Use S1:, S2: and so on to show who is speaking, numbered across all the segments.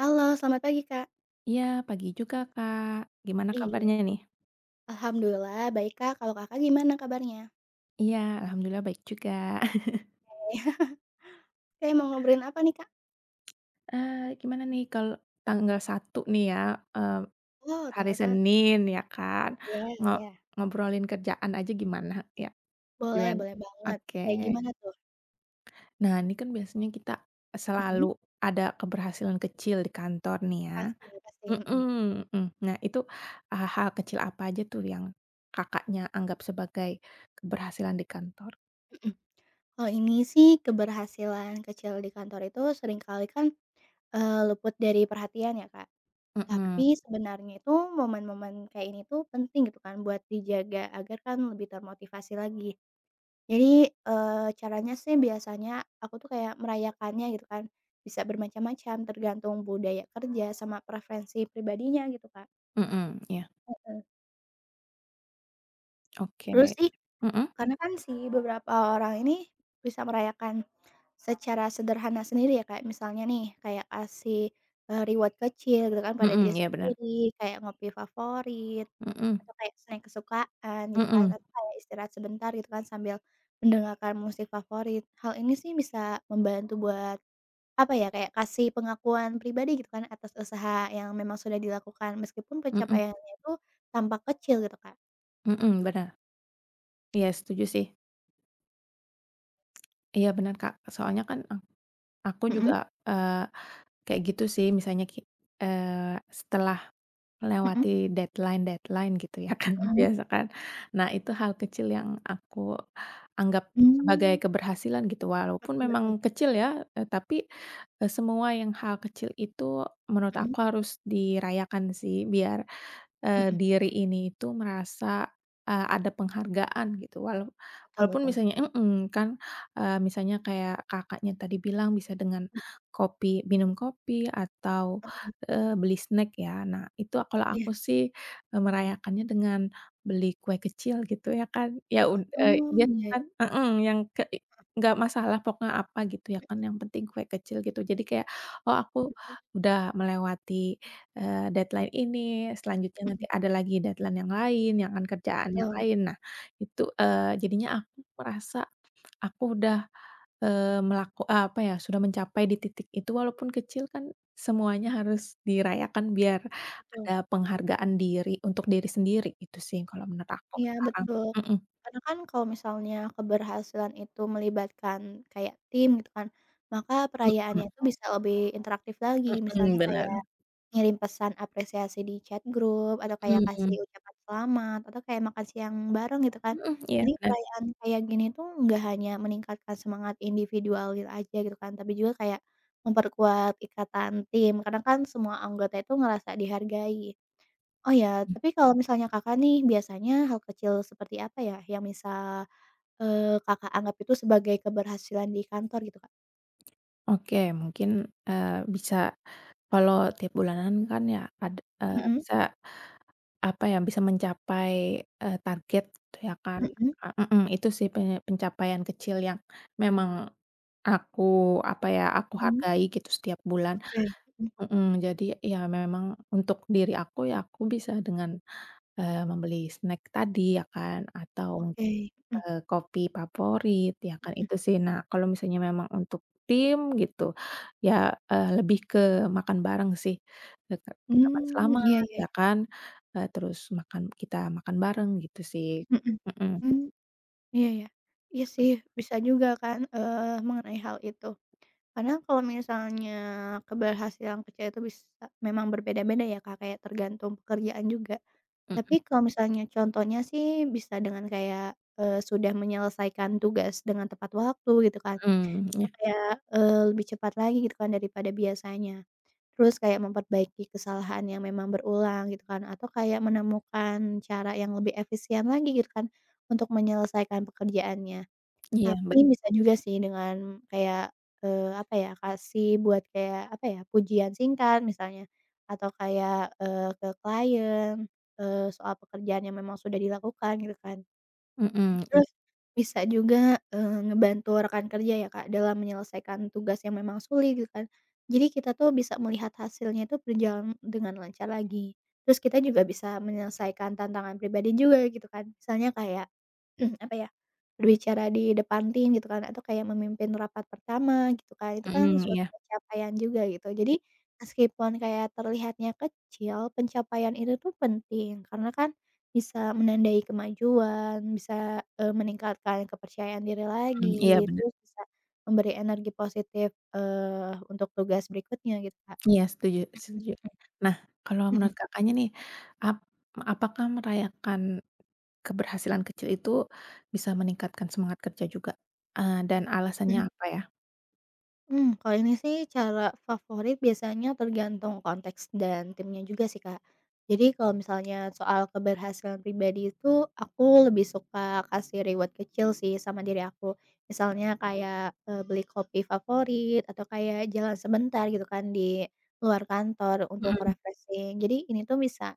S1: Halo, selamat pagi, Kak.
S2: Iya, pagi juga, Kak. Gimana
S1: Iya.
S2: kabarnya nih?
S1: Alhamdulillah baik, Kak. Kalau Kakak gimana kabarnya?
S2: Iya, alhamdulillah baik juga.
S1: Oke. Kayak mau ngobrolin apa nih, Kak?
S2: Gimana nih kalau tanggal satu nih ya, eee,
S1: Oh,
S2: hari
S1: tanggal 1.
S2: Senin ya kan,
S1: Ya
S2: ngo
S1: ya.
S2: ngobrolin kerjaan aja gimana? Ya,
S1: Boleh
S2: gimana?
S1: boleh banget.
S2: Oke.
S1: Kayak gimana tuh?
S2: Nah, ini kan biasanya kita
S1: Mhm,
S2: selalu ada keberhasilan kecil di kantor nih ya.
S1: pasti pasti, mhm
S2: Mhm mhm. Nah, itu, hal kecil apa aja tuh yang Kakaknya anggap sebagai keberhasilan di kantor?
S1: mhm. Kalau ini sih keberhasilan kecil di kantor itu seringkali kan, luput dari perhatian ya, Kak.
S2: Mhm
S1: Tapi sebenarnya itu momen-momen kayak ini tuh penting gitu kan buat dijaga agar kan lebih termotivasi lagi. Jadi, caranya sih biasanya aku tuh kayak merayakannya gitu kan, bisa bermacam-macam tergantung budaya kerja sama preferensi pribadinya gitu, kan.
S2: mhm, ya.
S1: Heeh. Terus
S2: Oke,
S1: sih
S2: mhm
S1: karena kan si beberapa orang ini bisa merayakan secara sederhana sendiri ya, kayak misalnya nih kayak kasih, reward kecil gitu kan pada dia
S2: mhm, iya benar,
S1: sendiri, kayak ngopi favorit,
S2: mhm
S1: atau kayak snack kesukaan gitu kan,
S2: mhm
S1: atau kayak istirahat sebentar gitu kan sambil mendengarkan musik favorit. Hal ini sih bisa membantu buat apa ya, kayak kasih pengakuan pribadi gitu kan atas usaha yang memang sudah dilakukan meskipun
S2: mhm
S1: pencapaiannya itu tampak kecil gitu, Kak.
S2: mhm, bener, iya setuju sih, iya benar Kak, soalnya kan aku juga,
S1: Mhm
S2: eee, kayak gitu sih misalnya setelah
S1: mhm
S2: melewati deadline-deadline gitu ya kan
S1: mhm.
S2: biasa kan, nah itu hal kecil yang aku anggap sebagai
S1: Mmm,
S2: keberhasilan gitu walaupun
S1: betul
S2: memang
S1: betul.
S2: kecil ya, tapi, semua yang hal kecil itu menurut
S1: Mhm
S2: aku harus dirayakan sih biar
S1: mhm.
S2: diri ini itu merasa, ada penghargaan gitu
S1: Betul
S2: walaupun
S1: betul.
S2: misalnya mhm, kan, misalnya kayak Kakaknya tadi bilang bisa dengan
S1: Mhm
S2: minum kopi atau,
S1: mhm.
S2: beli snack ya. Nah itu kalau
S1: Iya.
S2: aku sih, merayakannya dengan beli kue kecil gitu ya kan,
S1: Oh,
S2: dia
S1: iya iya.
S2: kan mhm, yang ke nggak masalah pokoknya apa gitu ya kan yang penting kue kecil gitu. Jadi kayak, oh aku
S1: Mhm
S2: udah melewati deadline ini, selanjutnya nanti
S1: mhm.
S2: ada lagi deadline yang lain, yang kan kerjaan yang
S1: Betul
S2: lain. Nah, itu, jadinya aku merasa aku udah, apa ya, sudah mencapai di titik itu walaupun kecil kan semuanya harus dirayakan biar
S1: betul.
S2: ada penghargaan diri untuk diri sendiri, itu sih kalau menurut aku
S1: Iya,
S2: sekarang.
S1: betul.
S2: Mhm
S1: Karena kan kalau misalnya keberhasilan itu melibatkan kayak tim gitu kan, maka
S2: mhm
S1: perayaannya itu bisa lebih interaktif lagi, misalnya
S2: mhm, bener.
S1: kayak ngirim pesan apresiasi di chat grup, atau kayak kasih
S2: Mhm
S1: ucapan selamat, atau kayak makan siang bareng gitu kan.
S2: mhm, iya
S1: Jadi
S2: bener.
S1: perayaan kayak gini tuh nggak hanya meningkatkan semangat individual aja gitu kan, tapi juga kayak memperkuat ikatan tim, karena kan semua anggota itu ngerasa dihargai. Oh ya, tapi kalau misalnya Kakak nih biasanya hal kecil seperti apa ya yang bisa, eee, Kakak anggap itu sebagai keberhasilan di kantor gitu, Kak?
S2: Oke mungkin, bisa kalau tiap bulanan kan
S1: Mhm,
S2: bisa apa ya, bisa mencapai, target gitu ya kan.
S1: mhm,
S2: Itu sih pencapaian kecil yang memang aku, apa ya, aku
S1: mhm.
S2: hargai gitu setiap bulan.
S1: Oke, mhm,
S2: Mhm, jadi ya memang untuk diri aku, ya aku bisa dengan membeli snack tadi ya kan, atau mungkin,
S1: oke, mhm
S2: kopi favorit ya kan,
S1: mhm.
S2: itu sih. Nah, kalau misalnya memang untuk tim gitu, ya, lebih ke makan bareng sih, eee, ke ucapan
S1: Mmm, iya
S2: selamat
S1: iya
S2: ya
S1: iya,
S2: kan, terus kita makan bareng gitu sih.
S1: mhm,
S2: Mhm,
S1: mmm, iya iya. Iya sih, bisa juga kan, mengenai hal itu. Karena kalau misalnya keberhasilan kecil itu bisa memang berbeda-beda ya, Kak, kayak tergantung pekerjaan juga. Tapi
S2: mhm
S1: kalau misalnya contohnya sih bisa dengan kayak, sudah menyelesaikan tugas dengan tepat waktu gitu kan,
S2: mhm, iya
S1: atau kayak, lebih cepat lagi gitu kan daripada biasanya. Terus kayak memperbaiki kesalahan yang memang berulang gitu kan, atau kayak menemukan cara yang lebih efisien lagi gitu kan, untuk menyelesaikan pekerjaannya.
S2: iya,
S1: Tapi Bisa juga sih dengan kayak, apa ya, kasih buat kayak, apa ya, pujian singkat misalnya, atau kayak, ke klien, soal pekerjaan yang memang sudah dilakukan gitu kan.
S2: mhm,
S1: Terus
S2: iya,
S1: bisa juga, ngebantu rekan kerja ya, Kak, dalam menyelesaikan tugas yang memang sulit gitu kan. Jadi kita tuh bisa melihat hasilnya itu berjalan dengan lancar lagi. Terus kita juga bisa menyelesaikan tantangan pribadi juga gitu kan. Misalnya kayak, apa ya, berbicara di depan tim gitu kan, atau kayak memimpin rapat pertama gitu kan, itu kan
S2: mhm,
S1: suatu
S2: iya,
S1: pencapaian juga gitu. Jadi meskipun kayak terlihatnya kecil, pencapaian itu tuh penting karena kan bisa menandai kemajuan, bisa, meningkatkan kepercayaan diri
S2: mhm, iya
S1: lagi,
S2: bener,
S1: terus bisa memberi energi positif, untuk tugas berikutnya gitu, Kak.
S2: iya setuju setuju. Nah, kalau
S1: Mhm.
S2: menurut Kakaknya nih, ap apakah merayakan keberhasilan kecil itu bisa meningkatkan semangat kerja juga, dan alasannya
S1: Mhm.
S2: apa ya?
S1: Mmm, kalau ini sih cara favorit biasanya tergantung konteks dan timnya juga sih, Kak. Jadi kalau misalnya soal keberhasilan pribadi itu, aku lebih suka kasih reward kecil sih sama diri aku. Misalnya kayak, beli kopi favorit atau kayak jalan sebentar gitu kan di luar kantor untuk
S2: Mhm
S1: refreshing. Jadi ini tuh bisa,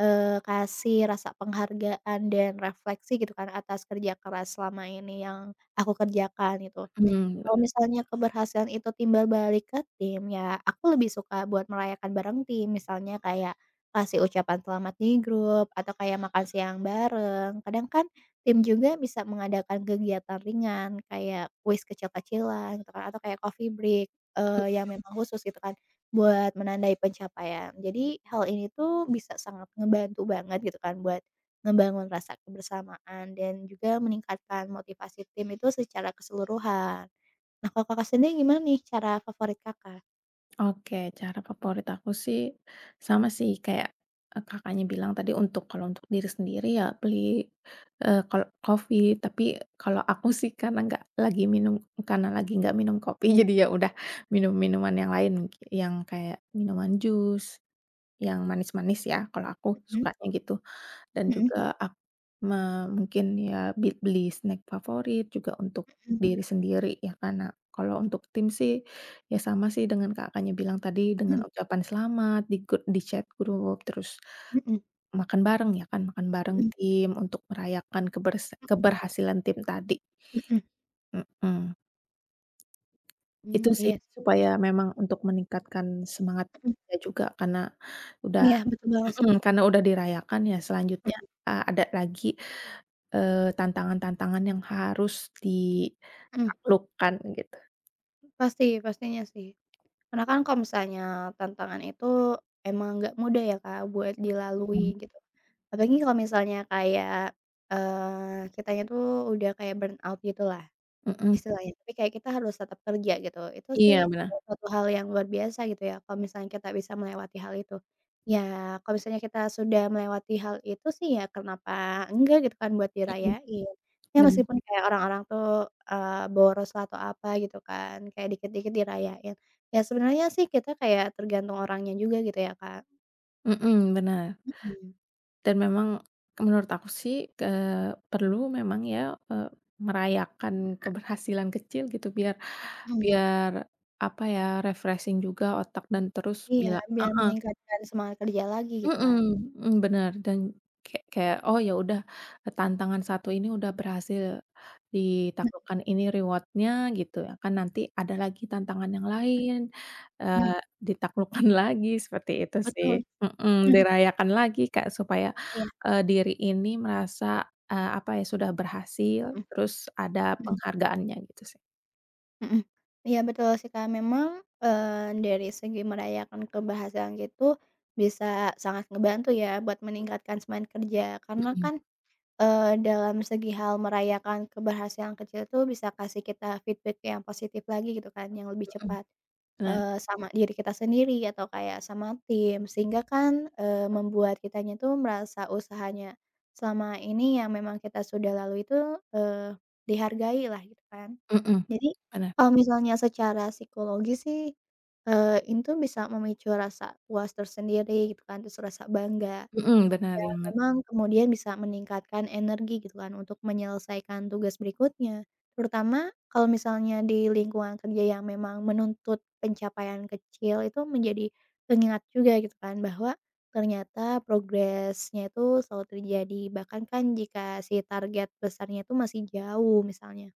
S1: kasih rasa penghargaan dan refleksi gitu kan atas kerja keras selama ini yang aku kerjakan gitu.
S2: mhm,
S1: Kalau misalnya keberhasilan itu timbal balik ke tim, ya aku lebih suka buat merayakan bareng tim. Misalnya kayak kasih ucapan selamat di grup atau kayak makan siang bareng. Kadang kan tim juga bisa mengadakan kegiatan ringan kayak kuis kecil-kecilan gitu kan atau kayak coffee break, yang memang khusus gitu kan buat menandai pencapaian. Jadi hal ini tuh bisa sangat ngebantu banget gitu kan buat ngebangun rasa kebersamaan dan juga meningkatkan motivasi tim itu secara keseluruhan. Nah, kalau Kakak sendiri gimana nih cara favorit Kakak?
S2: oke, cara favorit aku sih sama sih kayak, Kakaknya bilang tadi untuk untuk diri sendiri ya beli, eee, kal coffee, tapi kalau aku sih karena lagi nggak minum kopi jadi ya udah minum minuman yang lain, yang kayak minuman jus, yang manis-manis ya kalau aku
S1: Mhm
S2: sukanya gitu. Dan
S1: mhm
S2: juga ak me mungkin ya beli snack favorit juga untuk
S1: mhm
S2: diri sendiri ya karena kalau untuk tim sih, ya sama sih dengan Kakaknya bilang tadi
S1: mhm
S2: dengan ucapan selamat di chat grup, terus
S1: mhm
S2: makan bareng ya kan, makan bareng
S1: mhm
S2: tim untuk merayakan keberhasilan tim tadi,
S1: mhm mhm.
S2: mhm. Itu
S1: Mmm,
S2: sih
S1: iya sih.
S2: supaya memang untuk meningkatkan semangat
S1: Mhm,
S2: ya juga karena udah
S1: iya betul banget sih,
S2: mhm,
S1: Kak.
S2: karena udah dirayakan ya selanjutnya,
S1: Mhm
S2: ada lagi tantangan-tantangan yang harus
S1: mhm,
S2: ditaklukkan gitu.
S1: pasti pastinya sih. Karena kan kalau misalnya tantangan itu emang nggak mudah ya, Kak, buat
S2: Mhm.
S1: dilalui gitu. Apalagi kalau misalnya kayak, kitanya tuh udah kayak burnout gitu lah.
S2: Mhm,
S1: Istilahnya, tapi kayak kita harus tetap kerja gitu. Itu sih
S2: iya benar,
S1: suatu hal yang luar biasa gitu ya, kalau misalnya kita bisa melewati hal itu. Ya kalau misalnya kita sudah melewati hal itu sih ya kenapa enggak gitu kan buat
S2: mhm,
S1: dirayain. Ya
S2: benar,
S1: meskipun kayak orang-orang tuh, boros lah atau apa gitu kan, kayak dikit-dikit dirayain. Ya sebenarnya sih kita kayak tergantung orangnya juga gitu ya, Kak.
S2: mhm, benar.
S1: Mhm,
S2: Dan memang menurut aku sih, eee, perlu memang ya, eee, merayakan keberhasilan kecil gitu biar
S1: mhm.
S2: biar apa ya, refreshing juga otak dan terus
S1: Iya,
S2: bila
S1: biar meningkatkan semangat kerja lagi gitu
S2: mhm
S1: kan.
S2: mhm, bener dan kayak, oh ya udah, tantangan satu ini udah berhasil
S1: Mhm
S2: ditaklukkan, ini reward-nya gitu ya kan, nanti ada lagi tantangan yang lain,
S1: mhm,
S2: eee, ditaklukkan lagi seperti itu sih,
S1: betul.
S2: mhm,
S1: Mhm,
S2: dirayakan lagi Kak supaya,
S1: iya,
S2: diri ini merasa, apa ya, sudah berhasil,
S1: mhm
S2: terus ada
S1: mhm.
S2: penghargaannya gitu sih.
S1: Mhm. Iya betul sih, Kak, memang, dari segi merayakan kebahagiaan gitu bisa sangat ngebantu ya buat meningkatkan semangat kerja. Karena
S2: Mhm
S1: kan, dalam segi hal merayakan keberhasilan kecil tuh bisa kasih kita feedback yang positif lagi gitu kan, yang lebih
S2: mhm,
S1: cepat,
S2: bener,
S1: sama diri kita sendiri atau kayak sama tim. Sehingga kan, membuat kitanya tuh merasa usahanya selama ini yang memang kita sudah lalui itu, eee, dihargai lah gitu kan.
S2: mhm,
S1: Jadi,
S2: bener,
S1: kalau misalnya secara psikologi sih, ini tuh bisa memicu rasa puas tersendiri gitu kan, terus rasa bangga,
S2: mhm, bener
S1: yang
S2: banget,
S1: memang kemudian bisa meningkatkan energi gitu kan untuk menyelesaikan tugas berikutnya. Terutama kalau misalnya di lingkungan kerja yang memang menuntut pencapaian kecil itu menjadi pengingat juga gitu kan bahwa ternyata progresnya itu selalu terjadi, bahkan kan jika si target besarnya itu masih jauh misalnya.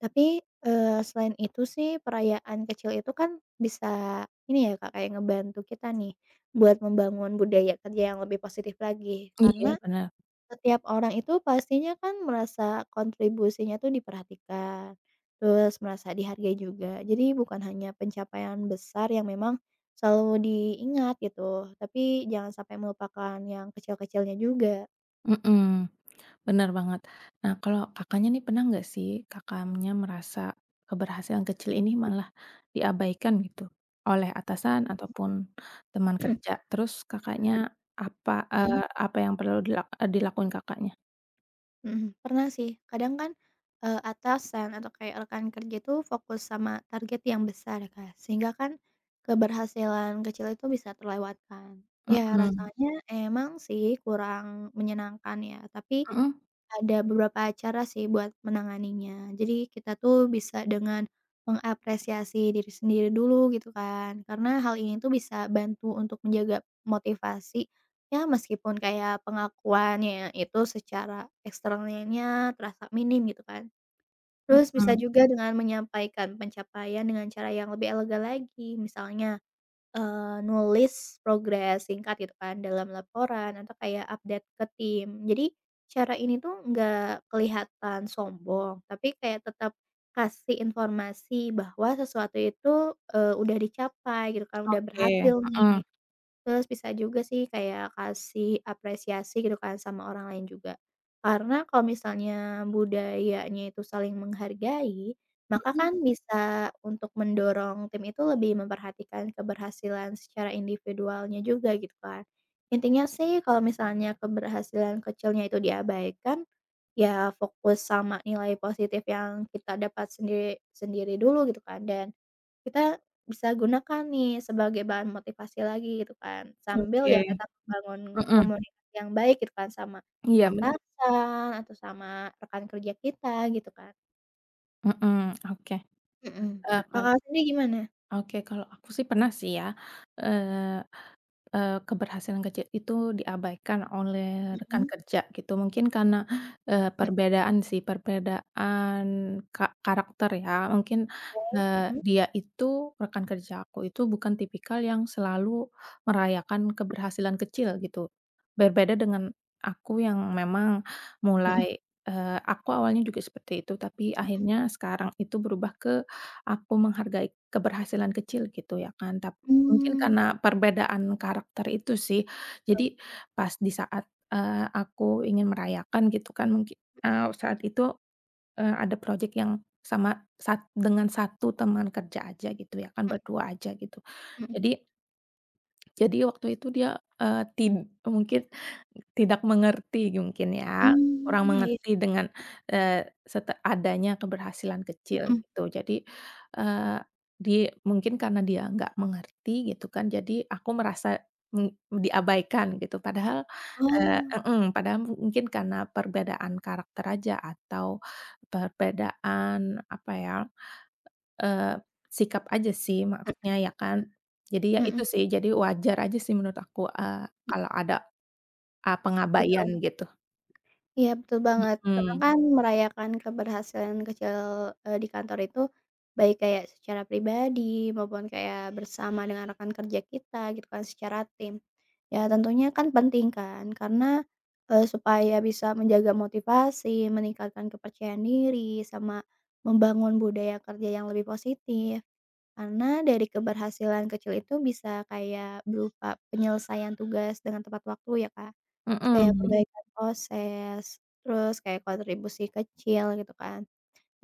S1: Tapi, selain itu sih perayaan kecil itu kan bisa ini ya Kak, kayak ngebantu kita nih buat membangun budaya kerja yang lebih positif lagi.
S2: iya
S1: Karena
S2: bener,
S1: setiap orang itu pastinya kan merasa kontribusinya tuh diperhatikan, terus merasa dihargai juga. Jadi bukan hanya pencapaian besar yang memang selalu diingat gitu, tapi jangan sampai melupakan yang kecil-kecilnya juga.
S2: mhm. Benar banget. Nah, kalau Kakaknya nih pernah nggak sih Kakaknya merasa keberhasilan kecil ini malah diabaikan gitu oleh atasan ataupun teman kerja? Terus Kakaknya apa, eee, apa yang perlu dilak eee, dilakuin Kakaknya?
S1: Mhm, pernah sih. Kadang kan, atasan atau kayak rekan kerja itu fokus sama target yang besar kan sehingga kan keberhasilan kecil itu bisa terlewatkan. Ya
S2: Mhm,
S1: rasanya emang sih kurang menyenangkan ya, tapi
S2: mhm,
S1: ada beberapa cara sih buat menanganinya. Jadi kita tuh bisa dengan mengapresiasi diri sendiri dulu gitu kan, karena hal ini tuh bisa bantu untuk menjaga motivasi, ya meskipun kayak pengakuannya itu secara eksternalnya terasa minim gitu kan. Terus bisa
S2: mhm,
S1: juga dengan menyampaikan pencapaian dengan cara yang lebih elegan lagi, misalnya nulis progres singkat gitu kan dalam laporan atau kayak update ke tim. Jadi cara ini tuh nggak kelihatan sombong, tapi kayak tetap kasih informasi bahwa sesuatu itu, udah dicapai gitu kan, udah
S2: oke,
S1: berhasil nih.
S2: mhm,
S1: Terus bisa juga sih kayak kasih apresiasi gitu kan sama orang lain juga. Karena kalau misalnya budayanya itu saling menghargai, maka
S2: mhm,
S1: kan bisa untuk mendorong tim itu lebih memperhatikan keberhasilan secara individualnya juga gitu kan. Intinya sih kalau misalnya keberhasilan kecilnya itu diabaikan, ya fokus sama nilai positif yang kita dapat sendiri sendiri dulu gitu kan dan kita bisa gunakan nih sebagai bahan motivasi lagi gitu kan, sambil
S2: oke,
S1: ya tetap membangun
S2: mhm,
S1: komunikasi yang baik gitu kan sama
S2: iya bener,
S1: atasan atau sama rekan kerja kita gitu kan.
S2: mhm, oke,
S1: Mhm.
S2: eee, kal
S1: Kakak sendiri gimana?
S2: oke kalau aku sih pernah sih ya, eee Eee, keberhasilan kecil itu diabaikan oleh rekan
S1: Mhm,
S2: kerja gitu. Mungkin karena,
S1: mhm,
S2: perbedaan karakter ya. Mungkin,
S1: mhm,
S2: dia itu, rekan kerja aku itu bukan tipikal yang selalu merayakan keberhasilan kecil gitu. Berbeda dengan aku yang memang
S1: mhm,
S2: mulai, aku awalnya juga seperti itu, tapi
S1: mhm,
S2: akhirnya sekarang itu berubah ke aku menghargai keberhasilan kecil gitu ya kan. Mungkin
S1: mmm,
S2: karena perbedaan karakter itu sih. Jadi pas di saat, aku ingin merayakan gitu kan mungkin, saat itu, ada project yang sama sat dengan satu teman kerja aja gitu ya kan,
S1: mhm
S2: berdua aja gitu.
S1: mhm,
S2: Jadi jadi waktu itu dia, eee, tid mungkin tidak mengerti mungkin ya, kurang
S1: mmm, iya,
S2: mengerti dengan, eee, sete adanya keberhasilan kecil
S1: mhm.
S2: gitu. Jadi, eee, di mungkin karena dia nggak mengerti gitu kan, jadi aku merasa diabaikan gitu. Padahal, eee
S1: Oh,
S2: mhm, padahal mungkin karena perbedaan karakter aja atau perbedaan apa ya Eee, sikap aja sih maksudnya ya kan. Jadi ya
S1: mhm,
S2: itu
S1: mhm,
S2: sih, jadi wajar aja sih menurut aku,
S1: mhm,
S2: kalau ada, pengabaian
S1: betul.
S2: gitu.
S1: Iya betul banget, karena
S2: Mhm,
S1: kan merayakan keberhasilan kecil, di kantor itu, baik kayak secara pribadi maupun kayak bersama dengan rekan kerja kita gitu kan secara tim. Ya tentunya kan penting kan karena, supaya bisa menjaga motivasi, meningkatkan kepercayaan diri, sama membangun budaya kerja yang lebih positif. Karena dari keberhasilan kecil itu bisa kayak berupa penyelesaian tugas dengan tepat waktu ya, Kak. Terus kayak
S2: mhm,
S1: perbaikan proses, terus kayak kontribusi kecil gitu kan.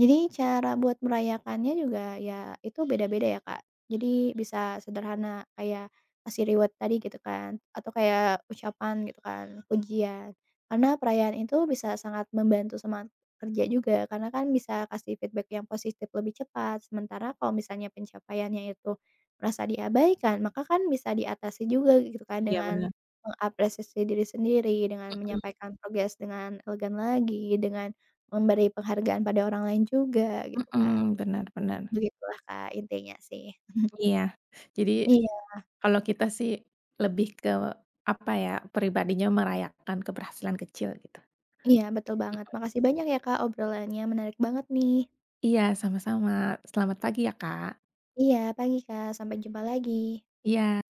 S1: Jadi cara buat merayakannya juga ya itu beda-beda ya, Kak. Jadi bisa sederhana kayak kasih reward tadi gitu kan, atau kayak ucapan gitu kan, pujian. Karena perayaan itu bisa sangat membantu semangat kerja juga, karena kan bisa kasih feedback yang positif lebih cepat. Sementara kalau misalnya pencapaiannya itu merasa diabaikan, maka kan bisa diatasi juga gitu kan
S2: iya
S1: dengan
S2: bener,
S1: mengapresiasi diri sendiri, dengan
S2: mhm
S1: menyampaikan progres dengan elegan lagi, dengan memberi penghargaan pada orang lain juga gitu, Kak.
S2: mhm, bener bener,
S1: Begitulah, Kak, intinya sih.
S2: iya. Jadi
S1: Iya
S2: kalau kita sih lebih ke apa ya, pribadinya merayakan keberhasilan kecil gitu.
S1: iya, betul banget.
S2: Mhm.
S1: Makasih banyak ya, Kak, obrolannya menarik banget nih.
S2: Iya sama-sama, selamat pagi ya Kak.
S1: Iya, pagi, Kak. Sampai jumpa lagi.
S2: Iya.